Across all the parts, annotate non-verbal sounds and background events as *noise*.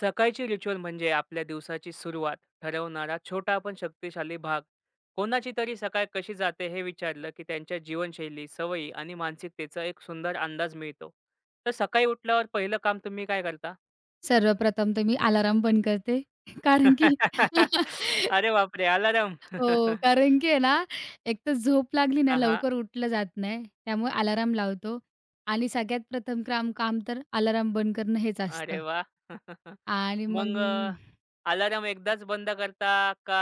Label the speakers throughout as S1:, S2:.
S1: सकाळची रिच्युअल म्हणजे आपल्या दिवसाची सुरुवात ठरवणारा छोटा पण शक्तिशाली भाग. कोणाची तरी सकाळ कशी जाते हे विचारलं, की त्यांच्या जीवनशैली, सवयी आणि मानसिकतेचा एक सुंदर अंदाज मिळतो. तर सकाळी उठल्यावर पहिलं काम तुम्ही काय करता?
S2: सर्वप्रथम तर मी अलार्म बंद करते. *laughs* कारण की
S1: *laughs* अरे
S2: *laughs*
S1: बापरे! अलार्म. हां,
S2: हो,
S1: *laughs*
S2: कारण की आहे ना, एक तर झोप लागली ना, लवकर उठलं जात नाही. त्यामुळे अलार्म लावतो आणि सगळ्यात प्रथम काम तर अलार्म बंद करणं हेच
S1: अरे
S2: असतं.
S1: वाह! *laughs*
S2: आणि मग
S1: मग एकदाच बंद करता का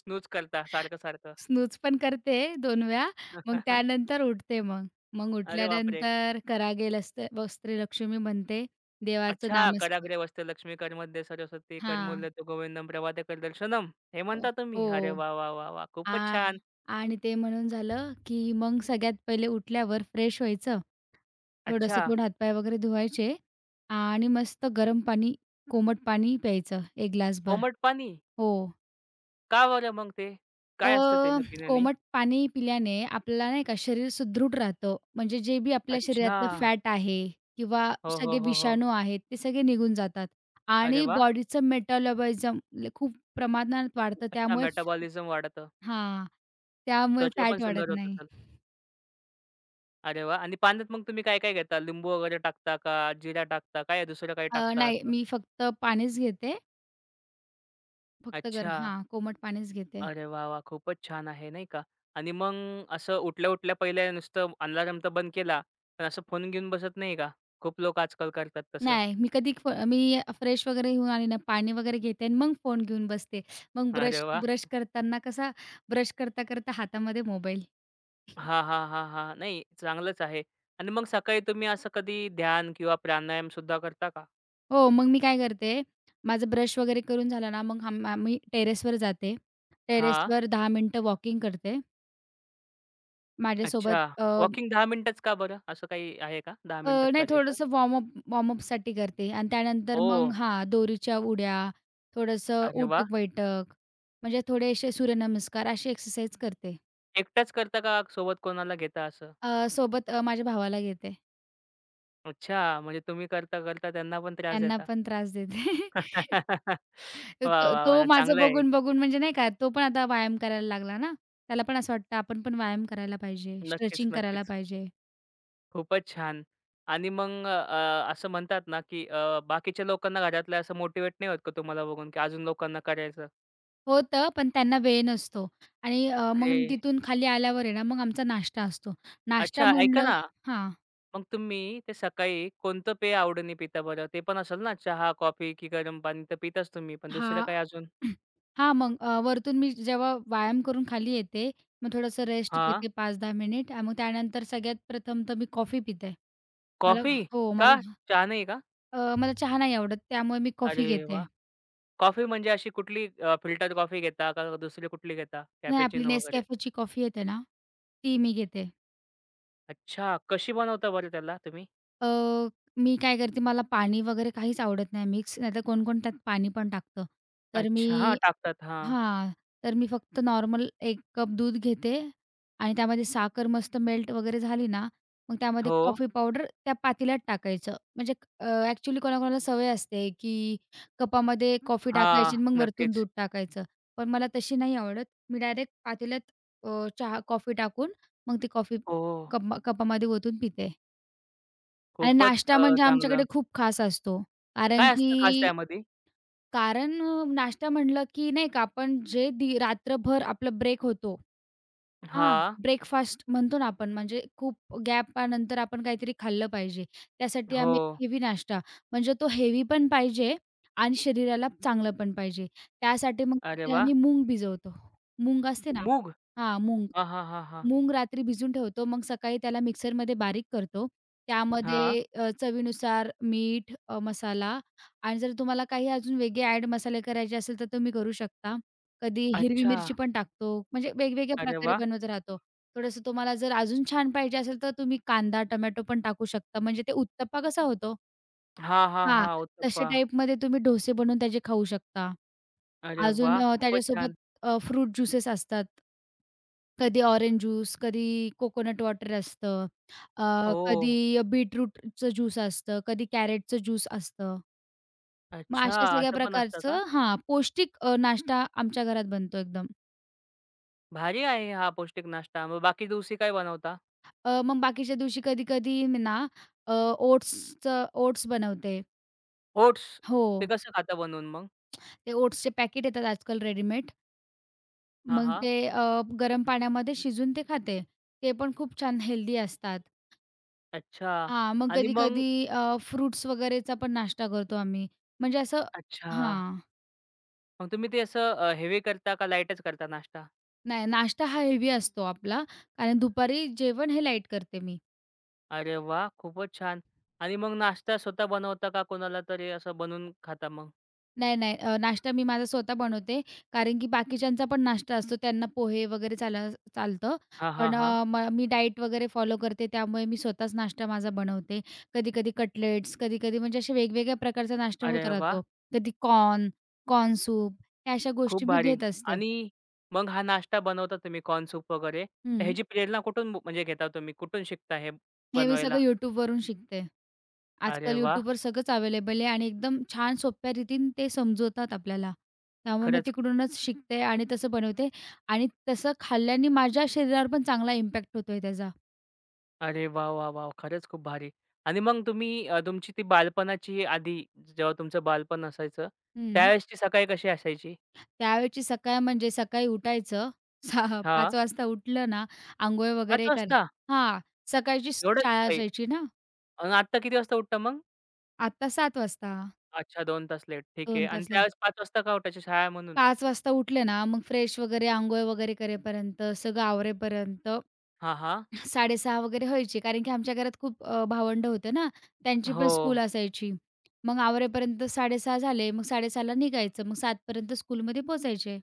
S1: स्नूज करता सारखं-सारखं?
S2: स्नूज पण करते 2 वेळा. मग
S1: *laughs*
S2: त्यानंतर उठते मग. मग
S1: अरे बापरे!
S2: उठल्यानंतर कराग्रे लस्त वस्त्रे लक्ष्मी म्हणते. देवाचं
S1: अच्छा.
S2: नामस्मरण.
S1: कराग्रे वस्ते लक्ष्मी कर्मोदय सरस्वती
S2: हां.
S1: कर्मूल्य गोविंदम प्रभाते दर्शनम. हे म्हणता तुम्ही? अरे
S2: हो.
S1: वा, वा, वा, वाह! खूपच
S2: आ
S1: छान.
S2: आणि ते म्हणून झालं, की मग सगळ्यात पहिले उठल्यावर फ्रेश व्हायचं. थोडंसं
S1: अच्छा.
S2: तोंड, हातपाय वगैरे धुवायचे आणि मस्त गरम पाणी, कोमट पाणी प्यायचं 1 ग्लासभर.
S1: कोमट पाणी?
S2: हो.
S1: का बरं मग ते?
S2: अ,
S1: काय असतं त्याच्या पिण्यानी?
S2: कोमट पाणी पिल्याने आपल्याला नाही का शरीर सुदृढ राहतं. म्हणजे जे बी आपल्या
S1: अच्छा.
S2: शरीरातलं फॅट आहे किंवा
S1: हो, हो,
S2: सगळे
S1: हो, हो.
S2: विषाणू आहेत, ते सगळे निघून जातात
S1: अरे
S2: आणि
S1: वाह!
S2: बॉडीचं मेटाबॉलिझम खूप प्रमाणात वाढतं.
S1: अच्छा मेटाबॉलिझम वाढतं.
S2: हां, त्यामुळे
S1: त्वचा
S2: फॅट
S1: पण
S2: वाढत
S1: सुंदर होत
S2: नाही.
S1: असेल. अरे वाह! आणि पाण्यात मग तुम्ही काय-काय घेता? लिंबू वगैरे टाकता का? जिरा टाकता? काय दुसरं काही टाकता
S2: नाही,
S1: असं?
S2: मी फक्त पाणीच घेते. फक्त
S1: अच्छा.
S2: कोमट पाणीच घेते.
S1: अरे वाह, वाह! खूपच छान आहे, नाही का? आणि मग असं उठल्या-उठल्या पहिले नुसतं अलार्म तर बंद केला, पण असं फोन घेऊन बसत नाही का? खूप लोकं आजकाल करतात तसं.
S2: नाही, मी कधी मी फ्रेश वगैरे होऊन आले ना, पाणी वगैरे घेते आणि मग फोन घेऊन बसते. मग
S1: *laughs* अरे
S2: ब्रश
S1: वा,
S2: ब्रश करताना कसा ब्रश करता-करता हातामध्ये मोबाईल.
S1: हां, हां, हां, हां. नाही, चांगलंच आहे. आणि मग सकाळी तुम्ही असं कधी ध्यान किंवा प्राणायाम सुद्धा करता का?
S2: हो, मग मी काय करते, माझं ब्रश वगैरे करून झालं ना, मग आम्ही टेरेसवर जाते.
S1: हां.
S2: टेरेसवर 10 मिनिटं वॉकिंग करते. माझ्यासोबत
S1: अच्छा.
S2: अ
S1: वॉकिंग 10 मिनिटंच का बरं? असं काही आहे का 10
S2: अ,
S1: मिनिटात
S2: नाही,
S1: करायचं?
S2: थोडंसं वॉर्मअपसाठी करते आणि त्यानंतर
S1: ओह!
S2: मग हां, दोरीच्या उड्या, थोडंसं
S1: अरे वाह!
S2: उठक-बैठक, म्हणजे थोडे असे सूर्यनमस्कार अशी एक्सरसाइज करते.
S1: एकटाच करता का सोबत कोणाला घेता असं?
S2: सोबत माझ्या भावाला घेते.
S1: अच्छा, म्हणजे तुम्ही करता-करता त्यांना पण त्रास
S2: त्यांना
S1: देता.
S2: पण त्रास देते. *laughs*
S1: *laughs*
S2: तर
S1: वाह!
S2: तो
S1: वाह!
S2: तो
S1: वाह!
S2: माझं
S1: चांगलं आहे.
S2: बघून-बघून म्हणजे नाही का, तो पण आता व्यायाम करायला लागला ना. त्याला पण असं वाटतं आपण पण व्यायाम करायला पाहिजे,
S1: नक्कीच,
S2: स्ट्रेचिंग करायला
S1: नक्कीच.
S2: पाहिजे.
S1: खूपच छान. आणि मग अ, अ, असं म्हणतात ना, की बाकीच्या लोकांना घरातल्या असं मोटिव्हेट नाही होत का तुम्हाला बघून, की अजून लोकांना करायचं?
S2: होतं, पण त्यांना वेळ नसतो आणि मग
S1: अरे
S2: तिथून खाली आल्यावर आहे ना, मग आमचा नाश्ता असतो. नाश्ता
S1: अच्छा, ऐका
S2: म्हणलं.
S1: ना,
S2: हां.
S1: मग तुम्ही ते सकाळी कोणतं पेय आवडीने पिता बरं? ते पण असेल ना चहा, कॉफी की गरम पाणी तर पिताच तुम्ही, पण दुसरं
S2: हां.
S1: काय अजून?
S2: हां, *clears throat* मग वरतून मी जेव्हा व्यायाम करून खाली येते, मग थोडंसं रेस्ट
S1: हां.
S2: घेते 5-10 मिनिट आणि मग त्यानंतर सगळ्यात प्रथम तर मी कॉफी पिते. मला
S1: कॉफी?
S2: हो,
S1: का?
S2: मला
S1: चहा नाही का?
S2: मला चहा नाही आवडत त्यामुळे मी कॉफी
S1: अरे वाह!
S2: घेते.
S1: कॉफी म्हणजे अशी कुठली फिल्टर कॉफी घेता का दुसरी कुठली घेता?
S2: नाही, आपली
S1: कॅपेचिनो वगैरे?
S2: Nescafeची कॉफी येते ना, ती मी घेते.
S1: अच्छा, कशी बनवता बरं त्याला तुम्ही?
S2: अ, मी काय करते, मला पाणी वगैरे काहीच आवडत नाही मिक्स, नाहीतर कोणकोण त्यात पाणी पण टाकतं. तर मी
S1: अच्छा, हां, टाकतात. हां.
S2: हां. तर मी फक्त नॉर्मल एक कप दूध घेते आणि त्यामध्ये साखर मस्त मेल्ट वगैरे झाली ना, मग त्यामध्ये
S1: हो.
S2: कॉफी पावडर त्या पातेल्यात टाकायचं. म्हणजे ॲक्चुअली कोणाकोणाला सवय असते, की कपामध्ये कॉफी
S1: हां,
S2: टाकायची आणि मग वरतून
S1: नक्कीच.
S2: दूध टाकायचं. पण मला तशी नाही आवडत. मी डायरेक्ट पातेल्यात चहा कॉफी टाकून मग ती कॉफी
S1: हो,
S2: कप कपामध्ये ओतून पिते. आणि
S1: खूपच
S2: नाश्ता म्हणजे आमच्याकडे
S1: चांगलं.
S2: खूप खास असतो. कारण
S1: काय असतं खास
S2: की
S1: त्यामध्ये?
S2: नाश्ता म्हटलं की नाही का आपण जे रात्रभर आपला ब्रेक होतो. हां.
S1: हां.
S2: ब्रेकफास्ट म्हणतो ना आपण, म्हणजे खूप गॅपानंतर आपण काहीतरी खाल्लं पाहिजे. त्यासाठी
S1: हो.
S2: आम्ही हेवी नाश्ता, म्हणजे तो हेवी पण पाहिजे आणि शरीराला चांगलं पण पाहिजे. त्यासाठी मग
S1: अरे
S2: तिथे
S1: वाह!
S2: आम्ही मूंग भिजवतो. मूंग असते ना.
S1: मूग?
S2: हां, मूंग.
S1: हां, हां, हां, हा,
S2: मूंग रात्री भिजून ठेवतो. मग सकाळी त्याला मिक्सरमध्ये बारीक करतो.
S1: हां.
S2: त्यामध्ये चवीनुसार मीठ, मसाला आणि जर तुम्हाला काही अजून वेगळे ॲड मसाले करायचे असेल, तर तुम्ही करू शकता. कधी हिरवी
S1: अच्छा.
S2: मिरची पण टाकतो. म्हणजे वेगवेगळ्या
S1: अरे
S2: प्रकारे
S1: वाह!
S2: बनवत राहतो. थोडंसं तुम्हाला जर अजून छान पाहिजे असेल, तर तुम्ही कांदा, टोमॅटो पण टाकू शकता. म्हणजे ते उत्तप्पा कसा होतो,
S1: हा हां,
S2: हां,
S1: हां.
S2: तशा
S1: उत्तप्पा.
S2: टाईपमध्ये तुम्ही डोसे बनवून त्याचे खाऊ शकता.
S1: अरे
S2: अजून
S1: वाह! खूपच छान.
S2: त्याच्यासोबत फ्रूट ज्युसेस असतात. कधी ऑरेंज ज्यूस, कधी कोकोनट वॉटर असतं,
S1: हो.
S2: कधी बीटरूटचं ज्यूस असतं, कधी कॅरेटचं ज्यूस असतं. मग
S1: अच्छा,
S2: अशा सगळ्या
S1: असं पण असतं का?
S2: प्रकारचं, हां, पौष्टिक नाश्ता आमच्या घरात बनतो एकदम.
S1: भारी आहे हा पौष्टिक नाश्ता. मग बाकी दिवशी काय बनवता?
S2: मग बाकीच्या दिवशी कधी-कधी मी ना अ, ओट्स बनवते.
S1: ओट्स?
S2: हो,
S1: ते कसं खाता बनवून मग?
S2: ते ओट्सचे पॅकेट येतात आजकाल रेडीमेड.
S1: हां,
S2: मग
S1: हां.
S2: ते गरम पाण्यामध्ये शिजून ते खाते. ते पण खूप छान हेल्दी असतात.
S1: अच्छा
S2: हां, मग
S1: आणि मग
S2: कधी-कधी फ्रुट्स वगैरेचा पण नाश्ता करतो आम्ही. म्हणजे असं.
S1: अच्छा.
S2: हां.
S1: मग तुम्ही ते असं हेवी करता का लाईटच करता नाश्ता?
S2: नाही, नाश्ता हा हेवी असतो आपला, कारण दुपारी जेवण हे लाईट करते मी.
S1: अरे वाह! खूपच छान. आणि मग नाश्ता स्वतः बनवता का कोणाला तरी असं बनवून खाता मग?
S2: नाही, नाही, नाश्ता मी माझा स्वतः बनवते, कारण की बाकीच्यांचा पण नाश्ता असतो. त्यांना पोहे वगैरे चालतं.
S1: हां, हां,
S2: पण
S1: हां.
S2: अ, म मी डाएट वगैरे फॉलो करते, त्यामुळे मी स्वतःच नाश्ता माझा बनवते. कधी-कधी कटलेट्स, कधी-कधी, म्हणजे असे वेगवेगळ्या प्रकारचा नाश्ता होत
S1: अरे वाह!
S2: राहतो. कधी कॉर्न, कॉर्न सूप, ह्या अशा
S1: खूप
S2: गोष्टी मी
S1: भारी.
S2: घेत असते.
S1: आणि मग हा नाश्ता बनवता तुम्ही कॉर्न सूप वगैरे, तर
S2: हं.
S1: ह्याची प्रेरणा कुठून म्हणजे घेता तुम्ही? कुठून शिकता हे
S2: हे मी
S1: बनवायला?
S2: सगळं YouTubeवरून शिकते.
S1: अरे
S2: आजकाल
S1: वाह!
S2: YouTubeवर सगळंच अवेलेबल आहे आणि एकदम छान सोप्या रीतीने ते समजवतात आपल्याला. त्यामुळे मी
S1: खरंच.
S2: तिकडूनच शिकते आणि तसं बनवते आणि तसं खाल्ल्याने माझ्या शरीरावर पण चांगला इम्पॅक्ट होतोय त्याचा.
S1: अरे वाह, वाह, वाह! खरंच खूप भारी. आणि मग तुम्ही तुमची ती बालपणाची आधी जेव्हा तुमचं बालपण असायचं,
S2: हं.
S1: त्यावेळेसची सकाळी कशी असायची?
S2: त्यावेळची सकाळ म्हणजे सकाळी उठायचं,
S1: हां.
S2: 5 *laughs* वाजता उठलं ना, अंघोळ
S1: 5
S2: वगैरे कर,
S1: वाजता?
S2: हां, सकाळची
S1: एवढ्या
S2: शाळा
S1: सकाळी?
S2: असायची ना,
S1: आणि आत्ता किती वाजता उठता मग?
S2: आता 7 वाजता.
S1: अच्छा 2 तास लेट. ठीक आहे.
S2: 2
S1: आणि
S2: तास लेट.
S1: त्यावेळेस 5 वाजता का उठायची शाळा आहे म्हणून?
S2: 5 वाजता उठले ना, मग फ्रेश वगैरे, अंघोळ वगैरे करेपर्यंत, सगळं आवरेपर्यंत
S1: हां, हां.
S2: 6:30 वगैरे व्हायची. कारण की आमच्या घरात खूप भावंड होते ना, त्यांची पण
S1: हो.
S2: स्कूल असायची. मग आवरेपर्यंत 6:30 झाले, मग 6:30 ला निघायचं, मग 7 पर्यंत स्कूलमध्ये पोहोचायचे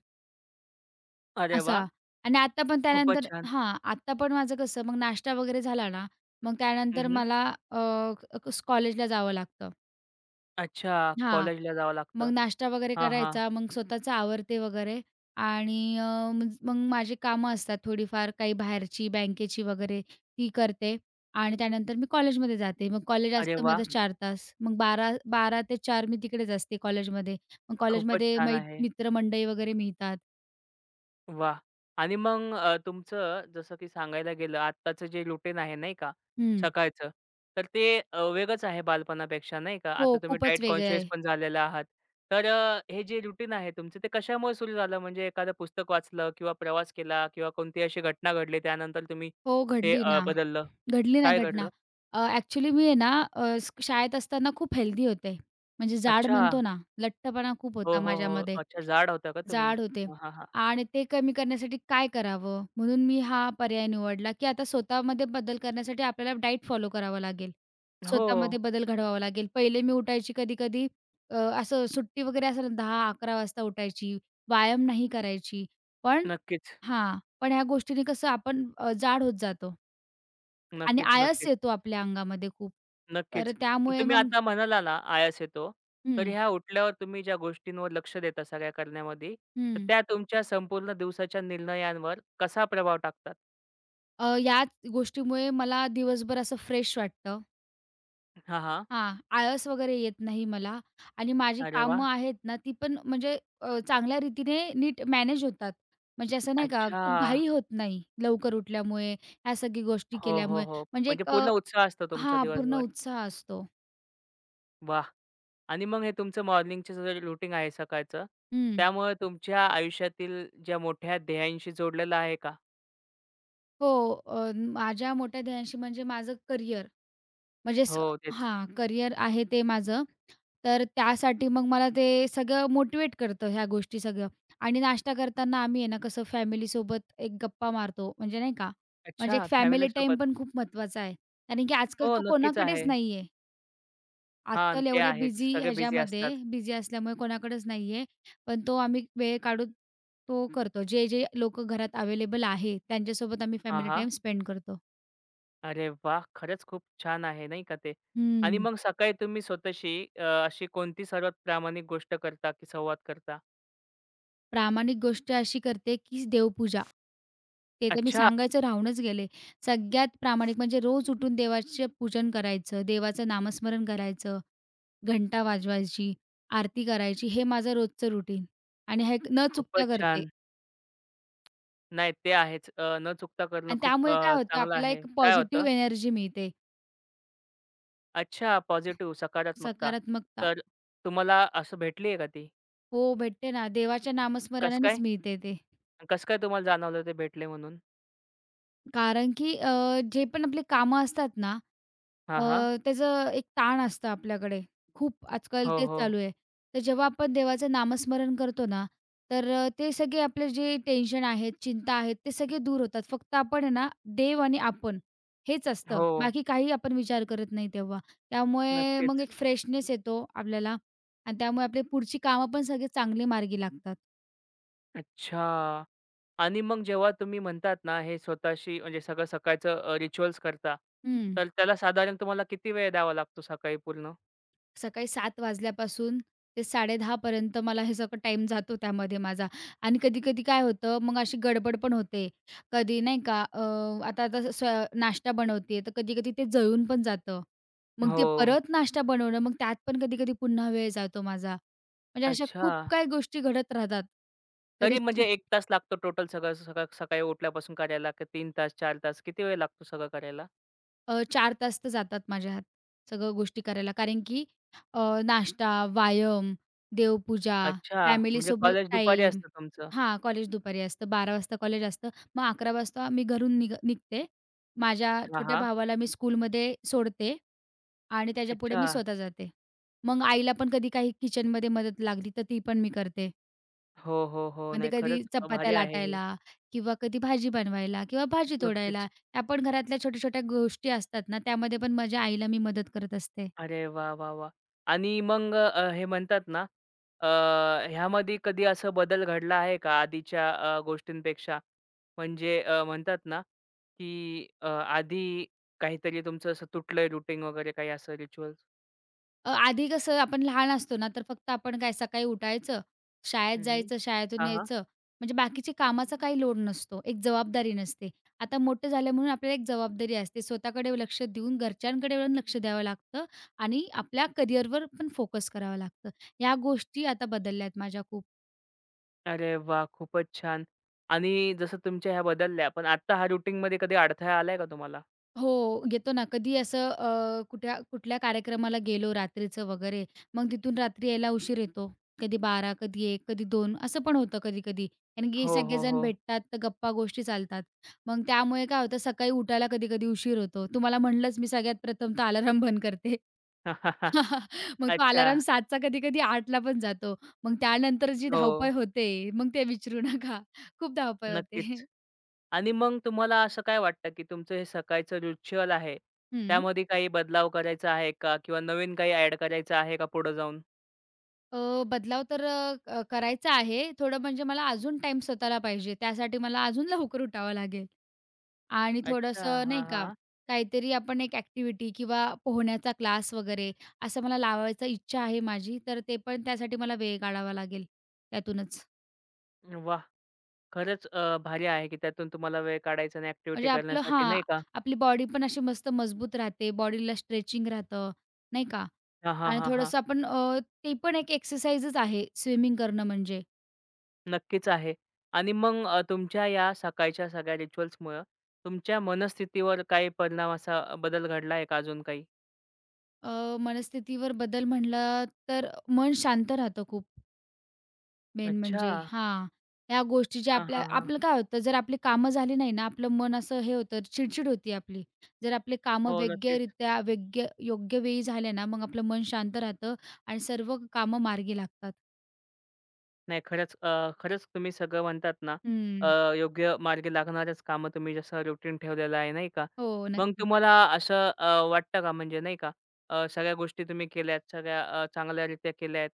S1: अरे वाह!
S2: असा. आणि आता पण
S1: खूपच
S2: त्यानंतर,
S1: छान.
S2: हां, आता पण माझं कसं, मग नाश्ता वगैरे झाला ना, मग
S1: हं,
S2: त्यानंतर
S1: हं.
S2: मला अ, कॉलेजला जावं लागतं.
S1: अच्छा,
S2: हां.
S1: कॉलेजला जावं
S2: मग
S1: लागतं.
S2: नाश्ता वगैरे
S1: हां, हां.
S2: करायचा, मग स्वतःचं आवरते वगैरे आणि अ, मज मग माझी कामं असतात थोडीफार काही बाहेरची, बँकेची वगैरे, ती करते आणि त्यानंतर मी कॉलेजमध्ये जाते. मग कॉलेज
S1: अरे
S2: असतं
S1: वाह!
S2: माझं 4 तास. मग 12-12 ते 4 मी तिकडेच असते कॉलेजमध्ये. मग
S1: खूपच
S2: कॉलेजमध्ये
S1: छान आहे.
S2: मित्रमंडळी वगैरे मिळतात.
S1: वाह! आणि मग तुमचं जसं की सांगायला गेलं आत्ताचं जे रुटीन आहे नाही का,
S2: हं.
S1: सकाळचं. तर ते वेगळंच आहे बालपणापेक्षा नाही का. आता
S2: हो,
S1: तुम्ही
S2: खूपच
S1: डाएट
S2: वेगळं
S1: कॉन्शियस
S2: आहे.
S1: पण झालेला आहात. तर हे जे रुटीन आहे तुमचं ते कशामुळे सुरू झालं? म्हणजे एखादं पुस्तक वाचलं किंवा प्रवास केला किंवा कोणती अशी घटना घडली त्यानंतर तुम्ही
S2: हो,
S1: ते
S2: घडली ना.
S1: बदललं?
S2: घडली ना
S1: काय
S2: घटना.
S1: घडलं?
S2: अ, मी आहे ना, शाळेत असताना खूप हेल्दी होते. म्हणजे जाड
S1: अच्छा.
S2: म्हणतो ना, लठ्ठपणा खूप
S1: हो,
S2: होता
S1: हो, हो.
S2: माझ्यामध्ये.
S1: अच्छा जाड होता का तुम्ही?
S2: जाड होते
S1: हां, हां, हां.
S2: आणि ते कमी करण्यासाठी काय करावं? म्हणून मी हा पर्याय निवडला, की आता स्वतःमध्ये बदल करण्यासाठी आपल्याला डाएट फॉलो करावा लागेल.
S1: हो.
S2: स्वतःमध्ये बदल घडवावा लागेल. पहिले मी उठायची कधी-कधी असं सुट्टी वगैरे असेल ना, 10-11 वाजता उठायची. व्यायाम नाही करायची. पण
S1: नक्कीच.
S2: हां, पण ह्या गोष्टीने कसं आपण जाड होत जातो आणि
S1: नक्कीच,
S2: आळस
S1: नक्कीच.
S2: येतो आपल्या अंगामध्ये खूप. तर
S1: नक्कीच. मग
S2: त्यामुळे
S1: तुम्ही
S2: मग
S1: आता म्हणाला ना, आळस येतो. तर
S2: हं,
S1: ह्या उठल्यावर तुम्ही ज्या गोष्टींवर लक्ष देता सगळ्या करण्यामध्ये, तर
S2: हं.
S1: त्या तुमच्या संपूर्ण दिवसाच्या निर्णयांवर कसा प्रभाव टाकतात?
S2: याच गोष्टीमुळे मला दिवसभर असं फ्रेश वाटतं.
S1: हां, हां.
S2: हां, आळस वगैरे येत नाही मला आणि माझी
S1: अरे वाह!
S2: कामं आहेत ना, ती पण म्हणजे चांगल्या रीतीने नीट मॅनेज होतात. म्हणजे असं नाही का,
S1: अच्छा.
S2: खूप घाई होत नाही लवकर उठल्यामुळे, ह्या सगळी गोष्टी
S1: हो, हो,
S2: केल्यामुळे.
S1: हो.
S2: म्हणजे
S1: म्हणजे
S2: एक,
S1: पूर्ण उत्साह असतो तुमचा
S2: पूर्ण
S1: दिवसभर.
S2: उत्साह असतो.
S1: वाह! आणि मग हे तुमचं मॉर्निंगचं जे रूटीन आहे सकाळचं,
S2: हं.
S1: त्यामुळे तुमच्या आयुष्यातील ज्या मोठ्या ध्येयांशी जोडलेलं आहे का?
S2: हो, माझ्या मोठ्या ध्येयांशी म्हणजे माझं करिअर. म्हणजे
S1: हो, तेच.
S2: करियर आहे ते माझं. तर त्यासाठी मग मला ते सगळं मोटिव्हेट करतं ह्या गोष्टी सगळं. आणि नाश्ता करताना आम्ही आहे ना कसं, family सोबत एक गप्पा मारतो म्हणजे नाही का. म्हणजे एक
S1: अच्छा,
S2: फॅमिली टाइम
S1: फॅमिलीसोबत.
S2: पण खूप महत्त्वाचा आहे. कारण की आजकाल
S1: हो,
S2: तो
S1: नक्कीच
S2: कोणाकडेच
S1: आहे.
S2: नाही.
S1: हां,
S2: आजकाल
S1: ते
S2: एवढ्या
S1: आहेच.
S2: बिझी
S1: सगळे बिझी
S2: ह्याच्यामध्ये
S1: असतात.
S2: बिझी असल्यामुळे कोणाकडेच नाही. पण तो आम्ही वेळ काढून तो करतो. जे, जे लोकं घरात अवेलेबल आहे त्यांच्यासोबत आम्ही
S1: हां,
S2: फॅमिली
S1: हां.
S2: टाईम स्पेंड करतो.
S1: अरे वा, खरंच खूप छान आहे नाही का ते. आणि
S2: हं.
S1: मग सकाळी तुम्ही स्वतःशी अशी कोणती सर्वात प्रामाणिक गोष्ट करता की संवाद करता?
S2: प्रामाणिक गोष्ट अशी करते, की देवपूजा. ते तर मी
S1: अच्छा,
S2: सांगायचं राहूनच गेले. सगळ्यात प्रामाणिक म्हणजे रोज उठून देवाचे पूजन करायचं, देवाचं नामस्मरण करायचं, घंटा वाजवायची, आरती करायची, हे माझं रोजचं रुटीन आणि हे न चुकता
S1: खूपच
S2: करते.
S1: छान. नाही ते आहेच. न चुकता करणं
S2: आणि
S1: खूप
S2: त्यामुळे काय होतं,
S1: चांगलं
S2: आपल्याला
S1: आहे.
S2: एक
S1: काय होतं?
S2: पॉझिटिव्ह एनर्जी मिळते,
S1: अच्छा, पॉझिटिव्ह सकारात्मकता.
S2: सकारात्मकता.
S1: तर तुम्हाला असं भेटली आहे का ती?
S2: हो, भेटते ना. देवाच्या
S1: कसं
S2: नामस्मरणानेच
S1: काय?
S2: मिळते ते.
S1: कसं काय तुम्हाला जाणवलं ते भेटले म्हणून?
S2: कारण की जे पण आपली कामं असतात ना,
S1: हां, हां.
S2: त्याचं एक ताण असतं आपल्याकडे. खूप आजकाल
S1: हो,
S2: तेच
S1: हो.
S2: चालू आहे. तर जेव्हा आपण देवाचं नामस्मरण करतो ना, तर ते सगळे आपले जे टेन्शन आहेत, चिंता आहेत, ते सगळे दूर होतात. फक्त आपण आहे ना, देव आणि आपण, हेच असतं.
S1: हो.
S2: बाकी काही आपण विचार करत नाही तेव्हा. त्यामुळे मग
S1: नक्कीच.
S2: एक फ्रेशनेस येतो आपल्याला आणि त्यामुळे आपली पुढची कामं पण सगळे चांगली मार्गी लागतात.
S1: अच्छा. आणि मग जेव्हा तुम्ही म्हणतात ना, हे स्वतःशी म्हणजे सगळं सकाळचं रिच्युअल्स करता,
S2: हं.
S1: तर त्याला साधारण तुम्हाला किती वेळ द्यावा लागतो सकाळी पूर्ण?
S2: सकाळी 7 वाजल्यापासून ते 10:30 पर्यंत मला हे सगळं टाईम जातो त्यामध्ये माझा आणि कधी-कधी काय होतं, मग अशी गडबड पण होते. कधी नाही का आता आता स्व नाश्ता बनवते, तर कधी-कधी ते जळून पण जातं. मग ते
S1: हो.
S2: परत नाश्ता बनवणं, मग त्यात पण कधी-कधी पुन्हा वेळ जातो माझा. म्हणजे अशा
S1: अच्छा.
S2: खूप काही गोष्टी घडत राहतात. कधी
S1: तरी म्हणजे
S2: च-
S1: एक तास लागतो टोटल सगळं सकाळ सकाळी उठल्यापासून करायला की 3 तास, चार तास किती वेळ लागतो सगळं करायला?
S2: 4 तास तर जातात माझ्या ह्यात सगळं गोष्टी करायला. कारण की अ, नाश्ता, व्यायाम, देवपूजा,
S1: अच्छा. म्हणजे
S2: फॅमिलीसोबत
S1: कॉलेज दुपारी
S2: टाईम,
S1: असतं तुमचं?
S2: हां, कॉलेज दुपारी असतं. 12 वाजता कॉलेज असतं. मग 11 वाजता मी घरून निघते. माझ्या
S1: हां,
S2: छोट्या
S1: हां.
S2: भावाला मी स्कूलमध्ये सोडते आणि त्याच्यापुढे
S1: अच्छा.
S2: मी स्वतः जाते. मग आईला पण कधी काही किचनमध्ये मदत लागली, तर ती पण मी करते.
S1: हो, हो, हो.
S2: म्हणजे
S1: नाही
S2: कधी
S1: खरंच
S2: चपात्या
S1: भारी आहे हे.
S2: लाटायला किंवा कधी भाजी बनवायला किंवा भाजी
S1: नक्कीच.
S2: तोडायला, या पण घरातल्या छोट्या-छोट्या गोष्टी असतात ना, त्यामध्ये पण माझ्या आईला मी मदत करत असते.
S1: अरे वा, वा, वा, आणि मग हे म्हणतात ना, अ, ह्यामध्ये कधी असं बदल घडला आहे का आधीच्या गोष्टींपेक्षा? म्हणजे म्हणतात ना, की आधी काहीतरी तुमचं असं तुटलंय रुटीन वगैरे काही असं रिच्युअल्स?
S2: आधी कसं आपण लहान असतो ना, तर फक्त आपण काय, सकाळी उठायचं, शाळेत
S1: हं, हं.
S2: जायचं, शाळेतून यायचं. म्हणजे बाकीची कामाचा काही लोड नसतो, एक जबाबदारी नसते. आता मोठे झाले म्हणून आपल्याला एक जबाबदारी असते. स्वतःकडे लक्ष देऊन, घरच्यांकडे पण लक्ष द्यावं लागतं आणि आपल्या करिअरवर पण फोकस करावा लागतं. ह्या गोष्टी आता बदलल्या आहेत माझ्या खूप.
S1: अरे वा, खूपच छान. आणि जसं तुमच्या ह्या बदलल्या, पण आत्ता हा रुटीनमध्ये कधी अडथळा आलाय का तुम्हाला?
S2: हो, येतो ना. कधी असं कुठल्या कार्यक्रमाला गेलो रात्रीचं वगैरे, मग तिथून रात्री यायला उशीर येतो. कधी 12, कधी 1, कधी 2, असं पण होतं कधी-कधी. कारण की
S1: हो, हो,
S2: सगळेजण
S1: हो.
S2: भेटतात, तर गप्पा-गोष्टी चालतात. मग त्यामुळे काय होतं, सकाळी उठायला कधी-कधी उशीर होतो. तुम्हाला म्हटलंच, मी सगळ्यात प्रथम तर अलार्म बंद करते.
S1: *laughs*
S2: *laughs* मग तो अलार्म
S1: अच्छा.
S2: 7चा कधी-कधी 8ला पण जातो. मग त्यानंतर जी
S1: हो.
S2: धावपळ होते, मग ते विचारू नका. खूप धावपळ
S1: नक्कीच.
S2: होते.
S1: आणि मग तुम्हाला असं काय वाटतं, की तुमचं हे सकाळचं रिच्युअल आहे,
S2: हं.
S1: त्यामध्ये काही बदलाव करायचा आहे का? किंवा नवीन काही ॲड करायचं आहे का पुढे जाऊन?
S2: अ, बदलाव तर अ, क करायचा आहे. थोडं म्हणजे मला अजून टाइम स्वतःला पाहिजे. त्यासाठी मला अजून लवकर उठावं लागेल आणि हं.
S1: अच्छा.
S2: थोडंसं
S1: हां,
S2: नाही का,
S1: हां.
S2: काहीतरी आपण एक ॲक्टिव्हिटी किंवा पोहण्याचा क्लास वगैरे असं मला लावायचा इच्छा आहे माझी. तर ते पण त्यासाठी मला वेळ काढावा लागेल त्यातूनच.
S1: वाह! खरंच भारी आहे, की त्यातून तुम्हाला वेळ काढायचा आणि ॲक्टिव्हिटी
S2: म्हणजे आपलं,
S1: करण्यासाठी
S2: हां,
S1: नाही का?
S2: आपली बॉडी पण अशी मस्त मजबूत राहते. बॉडीला स्ट्रेचिंग राहतं, नाही का?
S1: हां, हां,
S2: आणि
S1: हां, हां.
S2: थोडंसं आपण ते पण एक एक्सरसाइजच आहे स्विमिंग करणं म्हणजे.
S1: नक्कीच आहे. आणि मग तुमच्या या सकाळच्या सगळ्या रिच्युअल्समुळं तुमच्या मनस्थितीवर काही परिणाम असा बदल घडला आहे का अजून काही?
S2: मनस्थितीवर बदल म्हणला तर मन शांत राहतं खूप, मेन
S1: अच्छा.
S2: म्हणजे. हां. ह्या गोष्टी ज्या
S1: हां,
S2: आपल्या,
S1: हां, हां.
S2: आपलं काय होतं, जर आपली कामं झाली नाही ना, आपलं मन असं हे होतं, चिडचिड होती आपली. जर आपले कामं
S1: हो, नक्कीच.
S2: वैग्यरित्या वैग्य योग्य वेळी झाले ना, मग आपलं मन शांत राहतं आणि सर्व कामं मार्गी लागतात.
S1: नाही खरंच खरंच तुम्ही सगळं म्हणतात ना
S2: हं.
S1: अ, योग्य मार्गी लागणारच कामं तुम्ही जसं रुटीन ठेवलेलं आहे नाही का?
S2: हो,
S1: मग
S2: नक्कीच.
S1: तुम्हाला असं वाटतं का म्हणजे नाही का सगळ्या गोष्टी तुम्ही केल्यात, सगळ्या चांगल्यारीत्या केल्यात,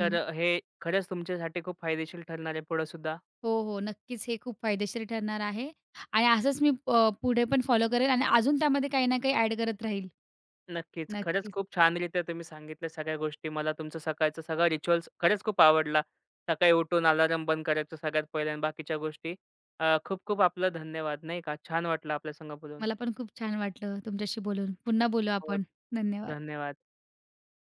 S1: तर हे खरंच तुमच्यासाठी खूप फायदेशीर ठरणार आहे पुढेसुद्धा?
S2: हो, हो. नक्कीच हे खूप फायदेशीर ठरणार आहे आणि असंच मी पुढे पण फॉलो करेल आणि अजून त्यामध्ये काही ना काही ॲड करत राहील.
S1: नक्कीच. खरंच
S2: नक्कीच.
S1: खूप छानरीत्या तुम्ही सांगितल्या सगळ्या गोष्टी. मला तुमचं सकाळचा सगळा रिच्युअल्स खरंच खूप आवडला. सकाळी उठून अलार्म बंद करायचं सगळ्यात पहिल्या बाकीच्या गोष्टी. खूप खूप आपलं धन्यवाद नाही का? छान वाटलं आपल्या संग बोलून.
S2: मला पण खूप छान वाटलं तुमच्याशी बोलून. पुन्हा बोलू
S1: हो,
S2: आपण. धन्यवाद.
S1: धन्यवाद.